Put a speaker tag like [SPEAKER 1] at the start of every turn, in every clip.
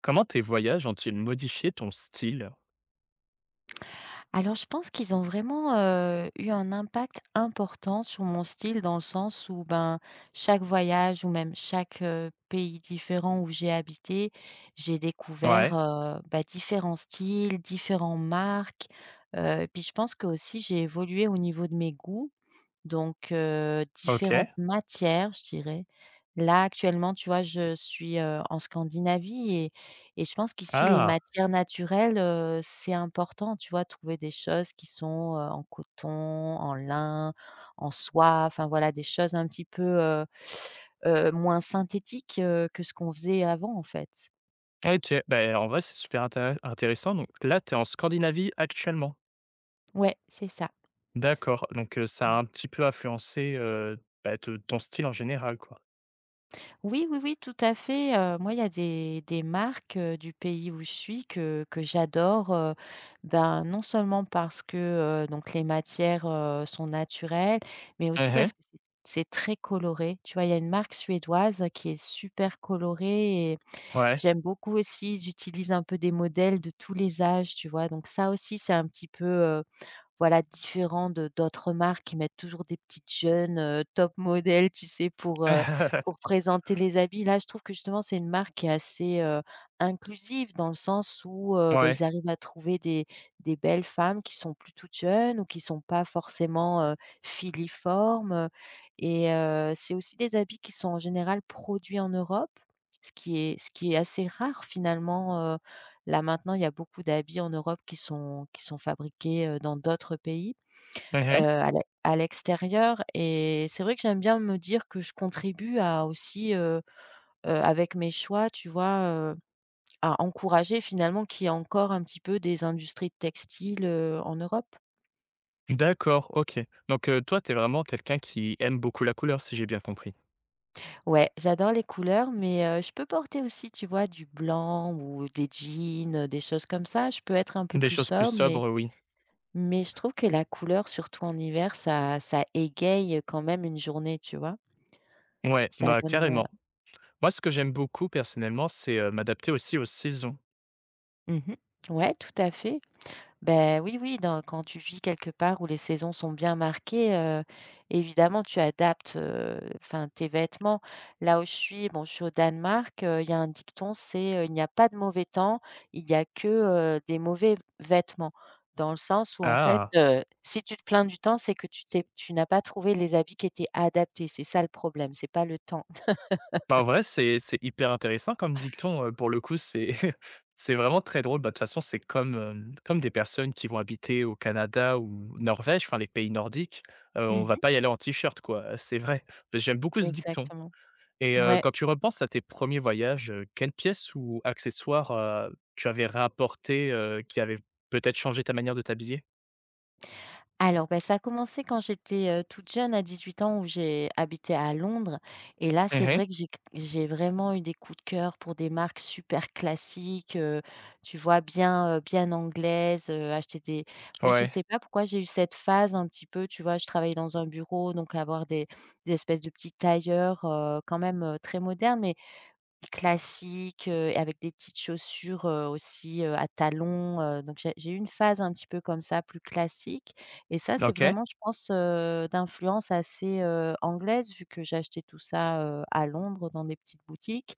[SPEAKER 1] Comment tes voyages ont-ils modifié ton style?
[SPEAKER 2] Alors, je pense qu'ils ont vraiment, eu un impact important sur mon style dans le sens où, ben, chaque voyage ou même chaque, pays différent où j'ai habité, j'ai découvert,
[SPEAKER 1] Ouais,
[SPEAKER 2] bah, différents styles, différentes marques, puis je pense que aussi j'ai évolué au niveau de mes goûts, donc différentes
[SPEAKER 1] OK.
[SPEAKER 2] matières, je dirais. Là, actuellement, tu vois, je suis, en Scandinavie et je pense qu'ici, les
[SPEAKER 1] Ah!
[SPEAKER 2] matières naturelles, c'est important, tu vois? Trouver des choses qui sont, en coton, en lin, en soie, enfin voilà, des choses un petit peu, moins synthétiques, que ce qu'on faisait avant, en fait.
[SPEAKER 1] OK, beh, en vrai, c'est super intéressant. Donc là, tu es en Scandinavie actuellement?
[SPEAKER 2] Ouais, c'est ça.
[SPEAKER 1] D'accord. Donc ça a un petit peu influencé, bah, te ton style en général, quoi?
[SPEAKER 2] Oui, oui, oui, tout à fait. Moi, il y a des marques, du pays où je suis que j'adore, ben, non seulement parce que, donc les matières, sont naturelles, mais aussi
[SPEAKER 1] Mmh.
[SPEAKER 2] parce que c'est très coloré. Tu vois? Il y a une marque suédoise qui est super colorée et
[SPEAKER 1] Ouais.
[SPEAKER 2] j'aime beaucoup aussi, ils utilisent un peu des modèles de tous les âges, tu vois? Donc ça aussi, c'est un petit peu, voilà, différent de d'autres marques qui mettent toujours des petites jeunes, top modèles, tu sais, pour présenter les habits. Là, je trouve que justement, c'est une marque qui est assez, inclusive dans le sens où, bah,
[SPEAKER 1] Ouais.
[SPEAKER 2] ils arrivent à trouver des belles femmes qui sont plus toutes jeunes ou qui sont pas forcément, filiformes, et c'est aussi des habits qui sont en général produits en Europe, ce qui est assez rare finalement, là, maintenant, il y a beaucoup d'habits en Europe qui sont fabriqués, dans d'autres pays,
[SPEAKER 1] Mmh.
[SPEAKER 2] à l'e à l'extérieur et c'est vrai que j'aime bien me dire que je contribue à aussi, avec mes choix, tu vois, heu, à encourager finalement qu'il y ait encore un petit peu des industries textiles, en Europe.
[SPEAKER 1] D'accord, OK. Donc toi, tu es vraiment quelqu'un qui aime beaucoup la couleur, si j'ai bien compris?
[SPEAKER 2] Ouais, j'adore les couleurs, mais je peux porter aussi, tu vois, du blanc ou des jeans, des choses comme ça. Je peux être un peu
[SPEAKER 1] Des
[SPEAKER 2] plus
[SPEAKER 1] choses plus
[SPEAKER 2] sobre, mais
[SPEAKER 1] sobres, oui.
[SPEAKER 2] Mais je trouve que la couleur, surtout en hiver, ça égaye quand même une journée, tu vois?
[SPEAKER 1] Ouais,
[SPEAKER 2] Ça
[SPEAKER 1] bah,
[SPEAKER 2] donne,
[SPEAKER 1] carrément. Moi, ce que j'aime beaucoup personnellement, c'est, m'adapter aussi aux saisons.
[SPEAKER 2] heu mmh Ouais, tout à fait. Ben oui, oui, dans quand tu vis quelque part où les saisons sont bien marquées, évidemment tu adaptes, enfin tes vêtements. Là où je suis, bon, je suis au Danemark, il y a un dicton, c'est: «Il n'y a pas de mauvais temps, il y a que, des mauvais vêtements». Dans le sens où en fait,
[SPEAKER 1] Ah!
[SPEAKER 2] si tu te plains du temps, c'est que tu n'as pas trouvé les habits qui étaient adaptés. C'est ça le problème, c'est pas le temps.
[SPEAKER 1] Bah, en vrai, c'est hyper intéressant comme dicton, pour le coup, c'est c'est vraiment très drôle. Bah, de toute façon, c'est comme, comme des personnes qui vont habiter au Canada ou Norvège, enfin les pays nordiques, on va
[SPEAKER 2] Mmh.
[SPEAKER 1] pas y aller en t-shirt, quoi, c'est vrai. J'aime beaucoup ce dicton.
[SPEAKER 2] Exactement.
[SPEAKER 1] Et
[SPEAKER 2] Ouais.
[SPEAKER 1] quand tu repenses à tes premiers voyages, quelle pièce ou accessoire, tu avais rapporté, qui avait peut-être changé ta manière de t'habiller?
[SPEAKER 2] Alors, bah, ça a commencé quand j'étais, toute jeune à 18 ans où j'ai habité à Londres et là, c'est
[SPEAKER 1] Mmh.
[SPEAKER 2] vrai que j'ai vraiment eu des coups de cœur pour des marques super classiques, tu vois? Bien, bien anglaises, acheter des ouais, je
[SPEAKER 1] Ouais.
[SPEAKER 2] sais pas pourquoi j'ai eu cette phase un petit peu, tu vois? Je travaillais dans un bureau, donc avoir des espèces de petits tailleurs, quand même, très modernes, mais classique, et avec des petites chaussures, aussi, à talons, donc j'ai eu une phase un petit peu comme ça, plus classique et ça, c'est
[SPEAKER 1] OK.
[SPEAKER 2] vraiment, je pense, d'influence assez, anglaise vu que j'ai acheté tout ça, à Londres dans des petites boutiques,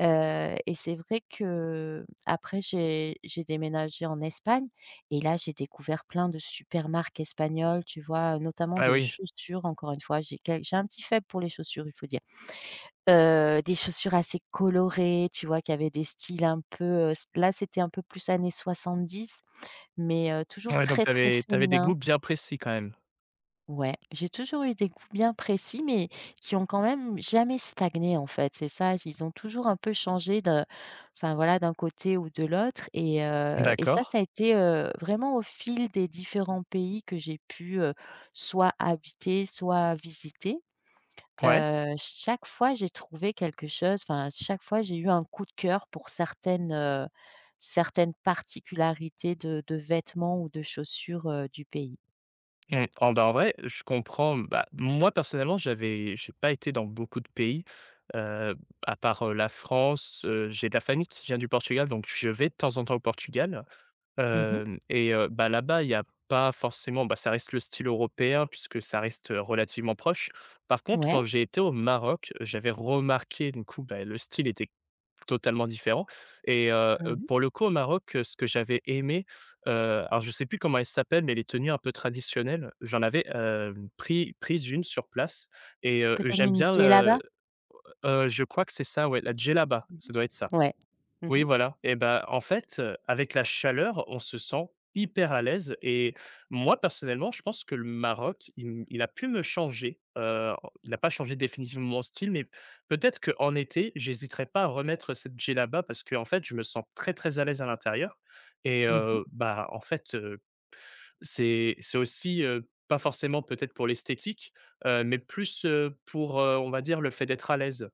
[SPEAKER 2] et c'est vrai que après j'ai déménagé en Espagne et là, j'ai découvert plein de super marques espagnoles, tu vois? Notamment
[SPEAKER 1] Ah
[SPEAKER 2] de
[SPEAKER 1] oui.
[SPEAKER 2] chaussures, encore une fois, j'ai un petit faible pour les chaussures, il faut dire. Des chaussures assez colorées, tu vois? Qui avaient des styles un peu, s là, c'était un peu plus années 70, mais
[SPEAKER 1] Ouais,
[SPEAKER 2] toujours
[SPEAKER 1] Ouais, donc
[SPEAKER 2] très,
[SPEAKER 1] tu
[SPEAKER 2] très
[SPEAKER 1] avais des goûts
[SPEAKER 2] féminin.
[SPEAKER 1] bien précis quand même?
[SPEAKER 2] Ouais, j'ai toujours eu des goûts bien précis, mais qui ont quand même jamais stagné, en fait, c'est ça. Ils ont toujours un peu changé de enfin, voilà, d'un côté ou de l'autre et
[SPEAKER 1] D'accord.
[SPEAKER 2] ça a été, vraiment au fil des différents pays que j'ai pu, soit habiter, soit visiter.
[SPEAKER 1] Ouais.
[SPEAKER 2] Chaque fois j'ai trouvé quelque chose, enfin, chaque fois j'ai eu un coup de cœur pour certaines, certaines particularités de vêtements ou de chaussures, du pays.
[SPEAKER 1] Mmh. En bah, en vrai, je comprends. Bah, moi personnellement, j'ai pas été dans beaucoup de pays, heu, à part, la France. J'ai de la famille qui vient du Portugal, donc je vais de temps en temps au Portugal.
[SPEAKER 2] Mmh mh.
[SPEAKER 1] Hem, et bah, là-bas, il y a pas forcément bah, ça reste le style européen puisque ça reste, relativement proche. Par contre, quand
[SPEAKER 2] Ouais.
[SPEAKER 1] j'ai été au Maroc, j'avais remarqué du coup, bah, le style était totalement différent et
[SPEAKER 2] Mmh mh.
[SPEAKER 1] pour le coup au Maroc, ce que j'avais aimé, alors je sais plus comment elles s'appellent, mais les tenues un peu traditionnelles, j'en avais, hem, pris prise une sur place et
[SPEAKER 2] Peut-être
[SPEAKER 1] j'aime
[SPEAKER 2] une
[SPEAKER 1] bien
[SPEAKER 2] idée
[SPEAKER 1] le
[SPEAKER 2] là-bas?
[SPEAKER 1] je crois que c'est ça, ouais, la djellaba,
[SPEAKER 2] Mmh
[SPEAKER 1] ça doit être ça.
[SPEAKER 2] mh. Ouais.
[SPEAKER 1] Oui,
[SPEAKER 2] Mmh
[SPEAKER 1] voilà. Et ben, en fait, avec la chaleur, on se sent hyper à l'aise et moi, personnellement, je pense que le Maroc, il a pu me changer, il n'a pas changé définitivement mon style, mais peut-être qu'en été, j'hésiterai pas à remettre cette djellaba parce que, en fait, je me sens très, très à l'aise à l'intérieur et
[SPEAKER 2] mh.
[SPEAKER 1] bah, en fait, c'est aussi, pas forcément peut-être pour l'esthétique, mais plus, pour, on va dire, le fait d'être à l'aise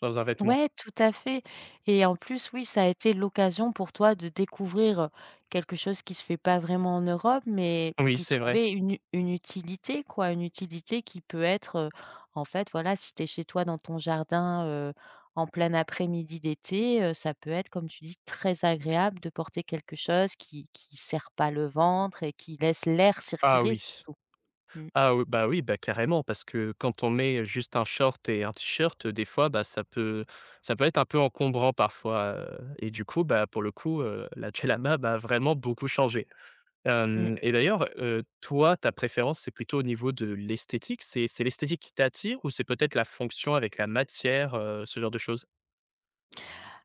[SPEAKER 1] dans un vêtement.
[SPEAKER 2] Ouais, tout à fait et en plus, oui, ça a été l'occasion pour toi de découvrir, quelque chose qui se fait pas vraiment en Europe, mais
[SPEAKER 1] Oui,
[SPEAKER 2] d'y
[SPEAKER 1] c'est vrai.
[SPEAKER 2] trouver une utilité, quoi. Une utilité qui peut être, en fait, voilà, si tu es chez toi dans ton jardin, en plein après-midi d'été, ça peut être, comme tu dis, très agréable de porter quelque chose qui serre pas le ventre et qui laisse l'air
[SPEAKER 1] Ah
[SPEAKER 2] circuler
[SPEAKER 1] oui.
[SPEAKER 2] surtout. Mmh.
[SPEAKER 1] Ah oui, bah carrément, parce que quand on met juste un short et un t-shirt, des fois, bah, ça peut être un peu encombrant parfois, et du coup, bah, pour le coup, la djellaba m'a vraiment beaucoup changé.
[SPEAKER 2] Mmh.
[SPEAKER 1] Hem, et d'ailleurs, toi, ta préférence, c'est plutôt au niveau de l'esthétique? C'est l'esthétique qui t'attire ou c'est peut-être la fonction avec la matière, ce genre de choses?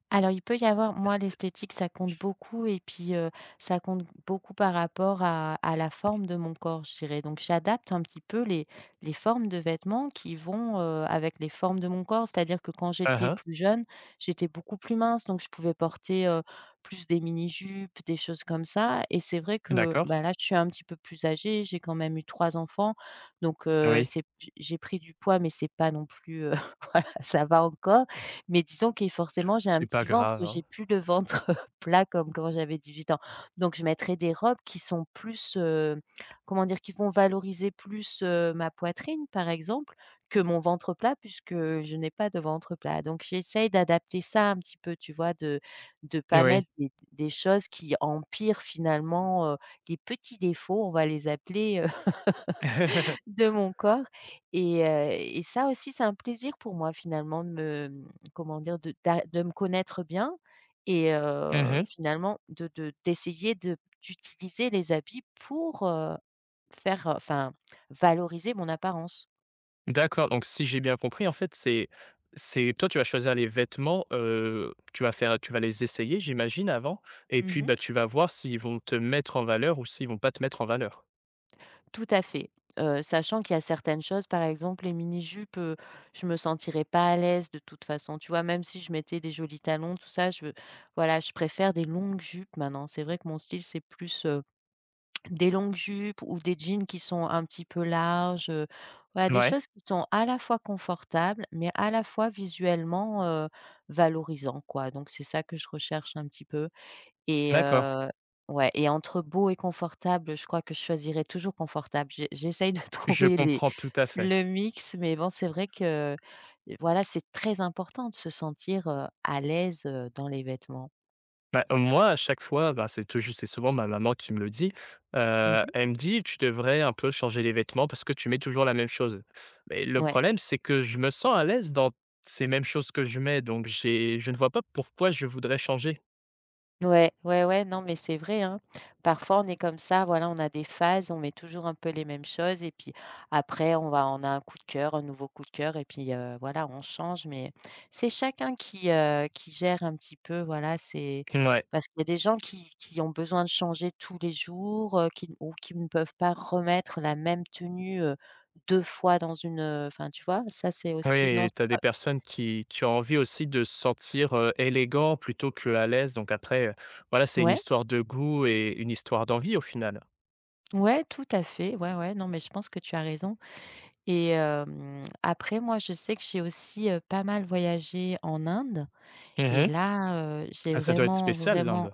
[SPEAKER 2] Alors, il peut y avoir moi, l'esthétique, ça compte beaucoup et puis, ça compte beaucoup par rapport à la forme de mon corps, je dirais. Donc, j'adapte un petit peu les formes de vêtements qui vont, avec les formes de mon corps. C'est-à-dire que quand
[SPEAKER 1] Ah
[SPEAKER 2] j'étais
[SPEAKER 1] hein.
[SPEAKER 2] plus jeune, j'étais beaucoup plus mince, donc je pouvais porter, plus des mini-jupes, des choses comme ça et c'est vrai que,
[SPEAKER 1] D'accord.
[SPEAKER 2] bah, là, je suis un petit peu plus âgée, j'ai quand même eu 3 enfants, donc,
[SPEAKER 1] Oui,
[SPEAKER 2] c'est j'ai pris du poids, mais c'est pas non plus, voilà, ça va encore mais disons que forcément, j'ai un
[SPEAKER 1] c'est pas
[SPEAKER 2] petit ventre,
[SPEAKER 1] grave, hein.
[SPEAKER 2] j'ai plus le ventre plat comme quand j'avais 18 ans. Donc je mettrai des robes qui sont plus, comment dire? Qui vont valoriser plus, ma poitrine, par exemple, que mon ventre plat puisque je n'ai pas de ventre plat. Donc j'essaye d'adapter ça un petit peu, tu vois? De pas
[SPEAKER 1] Oui.
[SPEAKER 2] mettre des choses qui empirent finalement, les petits défauts, on va les appeler, de mon corps et ça aussi, c'est un plaisir pour moi finalement de me, comment dire? De me connaître bien et
[SPEAKER 1] Mmh.
[SPEAKER 2] finalement de d'essayer de d'utiliser les habits pour, enfin valoriser mon apparence.
[SPEAKER 1] D'accord, donc si j'ai bien compris, en fait, c'est toi, tu vas choisir les vêtements, tu vas les essayer, j'imagine, avant et puis,
[SPEAKER 2] Mmh.
[SPEAKER 1] bah, tu vas voir s'ils vont te mettre en valeur ou s'ils vont pas te mettre en valeur?
[SPEAKER 2] Tout à fait, sachant qu'il y a certaines choses, par exemple les mini-jupes, je me sentirais pas à l'aise de toute façon, tu vois? Même si je mettais des jolis talons, tout ça, je voilà, je préfère des longues jupes maintenant. C'est vrai que mon style, c'est plus, des longues jupes ou des jeans qui sont un petit peu larges, voilà des
[SPEAKER 1] Ouais,
[SPEAKER 2] choses qui sont à la fois confortables, mais à la fois visuellement, valorisants quoi. Donc c'est ça que je recherche un petit peu et
[SPEAKER 1] d'accord,
[SPEAKER 2] ouais et entre beau et confortable, je crois que je choisirais toujours confortable. J'essaye de
[SPEAKER 1] je
[SPEAKER 2] trouver les
[SPEAKER 1] comprends tout à fait.
[SPEAKER 2] le mix, mais bon c'est vrai que, voilà, c'est très important de se sentir, à l'aise, dans les vêtements.
[SPEAKER 1] Bah, moi, à chaque fois, bah, c'est souvent ma maman qui me le dit,
[SPEAKER 2] Mmh mh.
[SPEAKER 1] elle me dit: «Tu devrais un peu changer les vêtements parce que tu mets toujours la même chose». Mais le
[SPEAKER 2] Ouais.
[SPEAKER 1] problème, c'est que je me sens à l'aise dans ces mêmes choses que je mets, donc j'ai je ne vois pas pourquoi je voudrais changer.
[SPEAKER 2] Ouais, ouais, ouais, non, mais c'est vrai, hein. Parfois, on est comme ça, voilà, on a des phases, on met toujours un peu les mêmes choses et puis après, on a un coup de cœur, un nouveau coup de cœur et puis voilà, on change. Mais c'est chacun qui gère un petit peu, voilà, c'est
[SPEAKER 1] Ouais.
[SPEAKER 2] parce qu'il y a des gens qui ont besoin de changer tous les jours, qui ou qui ne peuvent pas remettre la même tenue, 2 fois dans une, enfin, tu vois? Ça, c'est
[SPEAKER 1] Oui,
[SPEAKER 2] aussi non,
[SPEAKER 1] et
[SPEAKER 2] c'est
[SPEAKER 1] tu as des
[SPEAKER 2] pas
[SPEAKER 1] personnes qui ont envie aussi de se sentir, élégant plutôt que à l'aise. Donc après, voilà, c'est une
[SPEAKER 2] ouais,
[SPEAKER 1] histoire de goût et une histoire d'envie au final.
[SPEAKER 2] ouais, tout à fait, ouais, ouais, non, mais je pense que tu as raison. Et hem, après moi, je sais que j'ai aussi, pas mal voyagé en Inde et
[SPEAKER 1] Mmh.
[SPEAKER 2] là, j'ai
[SPEAKER 1] Ah, ça doit être
[SPEAKER 2] vraiment,
[SPEAKER 1] spécial
[SPEAKER 2] vraiment
[SPEAKER 1] l'Inde?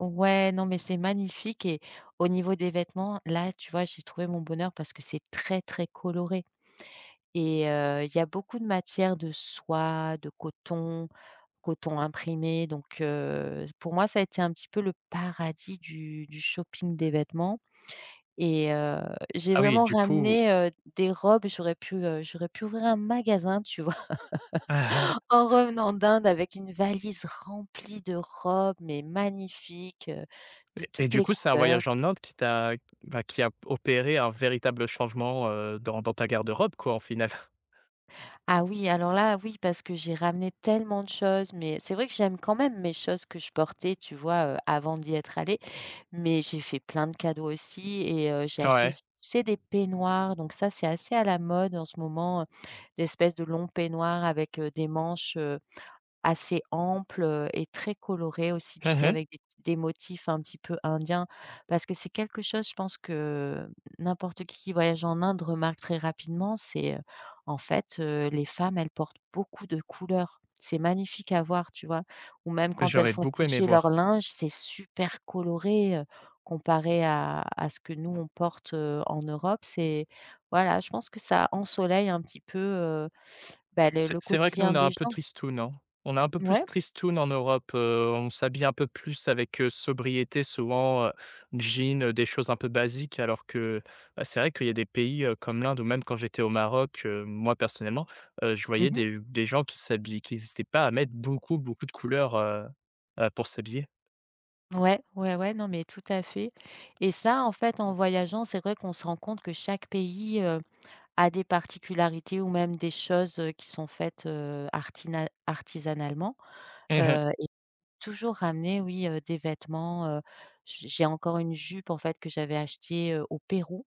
[SPEAKER 2] ouais, non, mais c'est magnifique et au niveau des vêtements, là, tu vois, j'ai trouvé mon bonheur parce que c'est très, très coloré et il y a beaucoup de matières de soie, de coton, coton imprimé donc pour moi, ça a été un petit peu le paradis du shopping des vêtements. Et j'ai
[SPEAKER 1] Ah oui,
[SPEAKER 2] vraiment
[SPEAKER 1] du coup
[SPEAKER 2] ramené, des robes. J'aurais pu ouvrir un magasin, tu vois? En revenant d'Inde avec une valise remplie de robes, mais magnifiques, de
[SPEAKER 1] et
[SPEAKER 2] toutes
[SPEAKER 1] du
[SPEAKER 2] les
[SPEAKER 1] coup, c'est un
[SPEAKER 2] couleurs.
[SPEAKER 1] voyage en Inde qui t'a bah, qui a opéré un véritable changement, dans ta garde-robe quoi, en final?
[SPEAKER 2] Ah oui, alors là, oui, parce que j'ai ramené tellement de choses, mais c'est vrai que j'aime quand même mes choses que je portais, tu vois, avant d'y être allée. Mais j'ai fait plein de cadeaux aussi et j'ai acheté
[SPEAKER 1] Ouais.
[SPEAKER 2] aussi, tu sais, des peignoirs. Donc ça, c'est assez à la mode en ce moment, d'espèces de longs peignoirs avec, des manches, assez ample, et très coloré aussi, tu sais? Avec des motifs un petit peu indiens. Parce que c'est quelque chose, je pense que n'importe qui voyage en Inde remarque très rapidement, c'est, les femmes, elles portent beaucoup de couleurs. C'est magnifique à voir, tu vois? Ou même quand elles
[SPEAKER 1] J'aurais
[SPEAKER 2] font
[SPEAKER 1] beaucoup aimé
[SPEAKER 2] sécher leur
[SPEAKER 1] voir.
[SPEAKER 2] linge, c'est super coloré, comparé à ce que nous on porte, en Europe. C'est voilà, je pense que ça ensoleille un petit peu, bah, le
[SPEAKER 1] C'est
[SPEAKER 2] le
[SPEAKER 1] c'est vrai que nous,
[SPEAKER 2] quotidien
[SPEAKER 1] on a un
[SPEAKER 2] des
[SPEAKER 1] peu
[SPEAKER 2] gens.
[SPEAKER 1] tristoun, hein. On a un peu plus
[SPEAKER 2] Ouais.
[SPEAKER 1] tristoun en Europe, on s'habille un peu plus avec, sobriété souvent, jean, des choses un peu basiques alors que, bah, c'est vrai qu'il y a des pays, comme l'Inde ou même quand j'étais au Maroc, moi personnellement, je voyais
[SPEAKER 2] Mmh.
[SPEAKER 1] des gens qui s'habillaient, qui n'hésitaient pas à mettre beaucoup, beaucoup de couleurs, pour s'habiller.
[SPEAKER 2] Ouais, ouais, ouais, non, mais tout à fait, et ça, en fait, en voyageant, c'est vrai qu'on se rend compte que chaque pays, a des particularités ou même des choses, qui sont faites, artina artisanalement,
[SPEAKER 1] Mmh mh.
[SPEAKER 2] et toujours ramener, oui, des vêtements, j'ai encore une jupe, en fait, que j'avais achetée, au Pérou,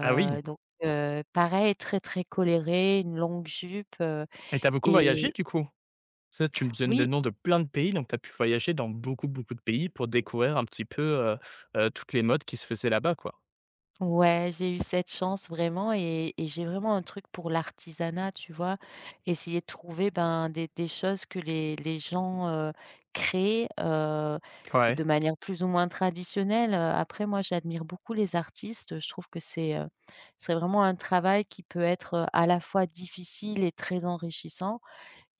[SPEAKER 1] Ah oui,
[SPEAKER 2] donc heu, pareil, très, très colorée, une longue jupe,
[SPEAKER 1] et tu as beaucoup
[SPEAKER 2] et
[SPEAKER 1] voyagé du coup? Tu me donnes le
[SPEAKER 2] oui.
[SPEAKER 1] nom de plein de pays, donc tu as pu voyager dans beaucoup, beaucoup de pays pour découvrir un petit peu, heu toutes les modes qui se faisaient là-bas, quoi?
[SPEAKER 2] Ouais, j'ai eu cette chance vraiment, et j'ai vraiment un truc pour l'artisanat, tu vois? Essayer de trouver, ben, des choses que les gens, créent, et
[SPEAKER 1] Ouais.
[SPEAKER 2] de manière plus ou moins traditionnelle. Après moi, j'admire beaucoup les artistes. Je trouve que c'est vraiment un travail qui peut être, à la fois difficile et très enrichissant.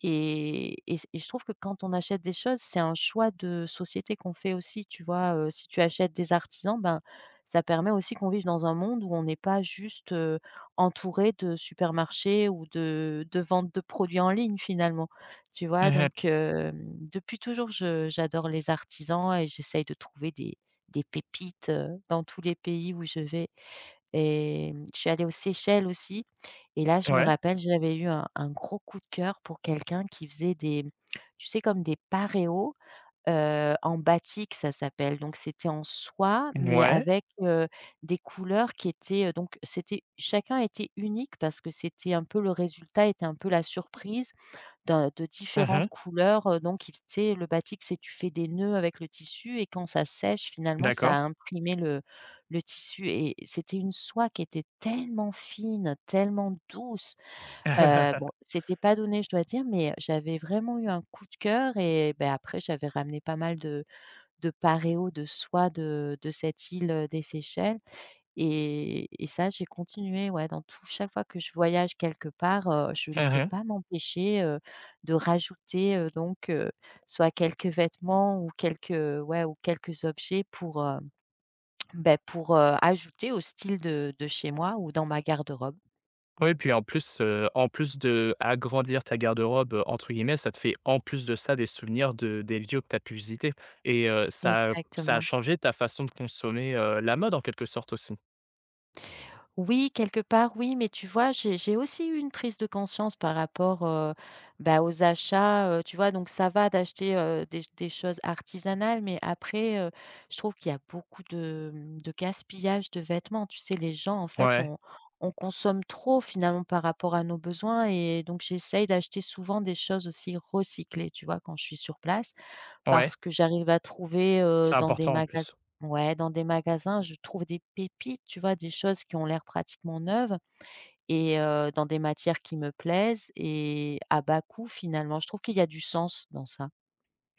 [SPEAKER 2] Et je trouve que quand on achète des choses, c'est un choix de société qu'on fait aussi, tu vois? Si tu achètes des artisans, ben, ça permet aussi qu'on vive dans un monde où on n'est pas juste, entouré de supermarchés ou de ventes de produits en ligne finalement, tu
[SPEAKER 1] Mmh
[SPEAKER 2] vois?
[SPEAKER 1] mh.
[SPEAKER 2] Depuis toujours, je j'adore les artisans et j'essaye de trouver des pépites, dans tous les pays où je vais. Et mmh, je suis allée aux Seychelles aussi et là, je me
[SPEAKER 1] Ouais.
[SPEAKER 2] rappelle, j'avais eu un gros coup de cœur pour quelqu'un qui faisait des, tu sais, comme des paréos, en batik, ça s'appelle. Donc c'était en soie, mais
[SPEAKER 1] Mouais.
[SPEAKER 2] avec, des couleurs qui étaient, donc c'était, chacun était unique parce que c'était un peu, le résultat était un peu la surprise d'un de
[SPEAKER 1] Mmh
[SPEAKER 2] différentes
[SPEAKER 1] mh.
[SPEAKER 2] couleurs, donc il tu sais, le batik, c'est tu fais des nœuds avec le tissu et quand ça sèche, finalement, ça
[SPEAKER 1] D'accord.
[SPEAKER 2] a imprimé le tissu et c'était une soie qui était tellement fine, tellement douce. Bon, c'était pas donné, je dois dire, mais j'avais vraiment eu un coup de cœur et ben après j'avais ramené pas mal de paréos de soie de cette île, des Seychelles, et ça, j'ai continué, ouais, dans tout, chaque fois que je voyage quelque part, je ne
[SPEAKER 1] Mmh
[SPEAKER 2] peux
[SPEAKER 1] mh.
[SPEAKER 2] pas m'empêcher, de rajouter, soit quelques vêtements ou quelques, ouais, ou quelques objets pour, beh, pour, ajouter au style de chez moi ou dans ma garde-robe.
[SPEAKER 1] Oui, puis en plus de agrandir ta garde-robe, entre guillemets, ça te fait en plus de ça des souvenirs de des lieux que tu as pu visiter et ça a
[SPEAKER 2] Exactement.
[SPEAKER 1] changé ta façon de consommer, la mode en quelque sorte aussi.
[SPEAKER 2] Oui, quelque part, oui, mais tu vois, j'ai aussi eu une prise de conscience par rapport, bah, aux achats, tu vois? Donc ça va d'acheter, des choses artisanales, mais après, je trouve qu'il y a beaucoup de, mmh, de gaspillage de vêtements. Tu sais, les gens, en fait,
[SPEAKER 1] Ouais,
[SPEAKER 2] on consomme trop finalement par rapport à nos besoins et donc j'essaye d'acheter souvent des choses aussi recyclées, tu vois? Quand je suis sur place
[SPEAKER 1] ouais,
[SPEAKER 2] parce que j'arrive à trouver,
[SPEAKER 1] c'est
[SPEAKER 2] dans des
[SPEAKER 1] important en
[SPEAKER 2] magas
[SPEAKER 1] plus.
[SPEAKER 2] ouais, dans des magasins, je trouve des pépites, tu vois? Des choses qui ont l'air pratiquement neuves et dans des matières qui me plaisent et à bas coût finalement. Je trouve qu'il y a du sens dans ça.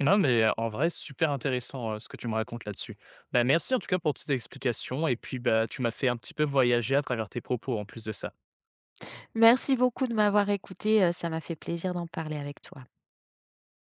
[SPEAKER 1] Non, mais en vrai, super intéressant, ce que tu me racontes là-dessus. Bah, merci en tout cas pour toutes tes explications et puis, bah, tu m'as fait un petit peu voyager à travers tes propos en plus de ça.
[SPEAKER 2] Merci beaucoup de m'avoir écoutée, ça m'a fait plaisir d'en parler avec toi.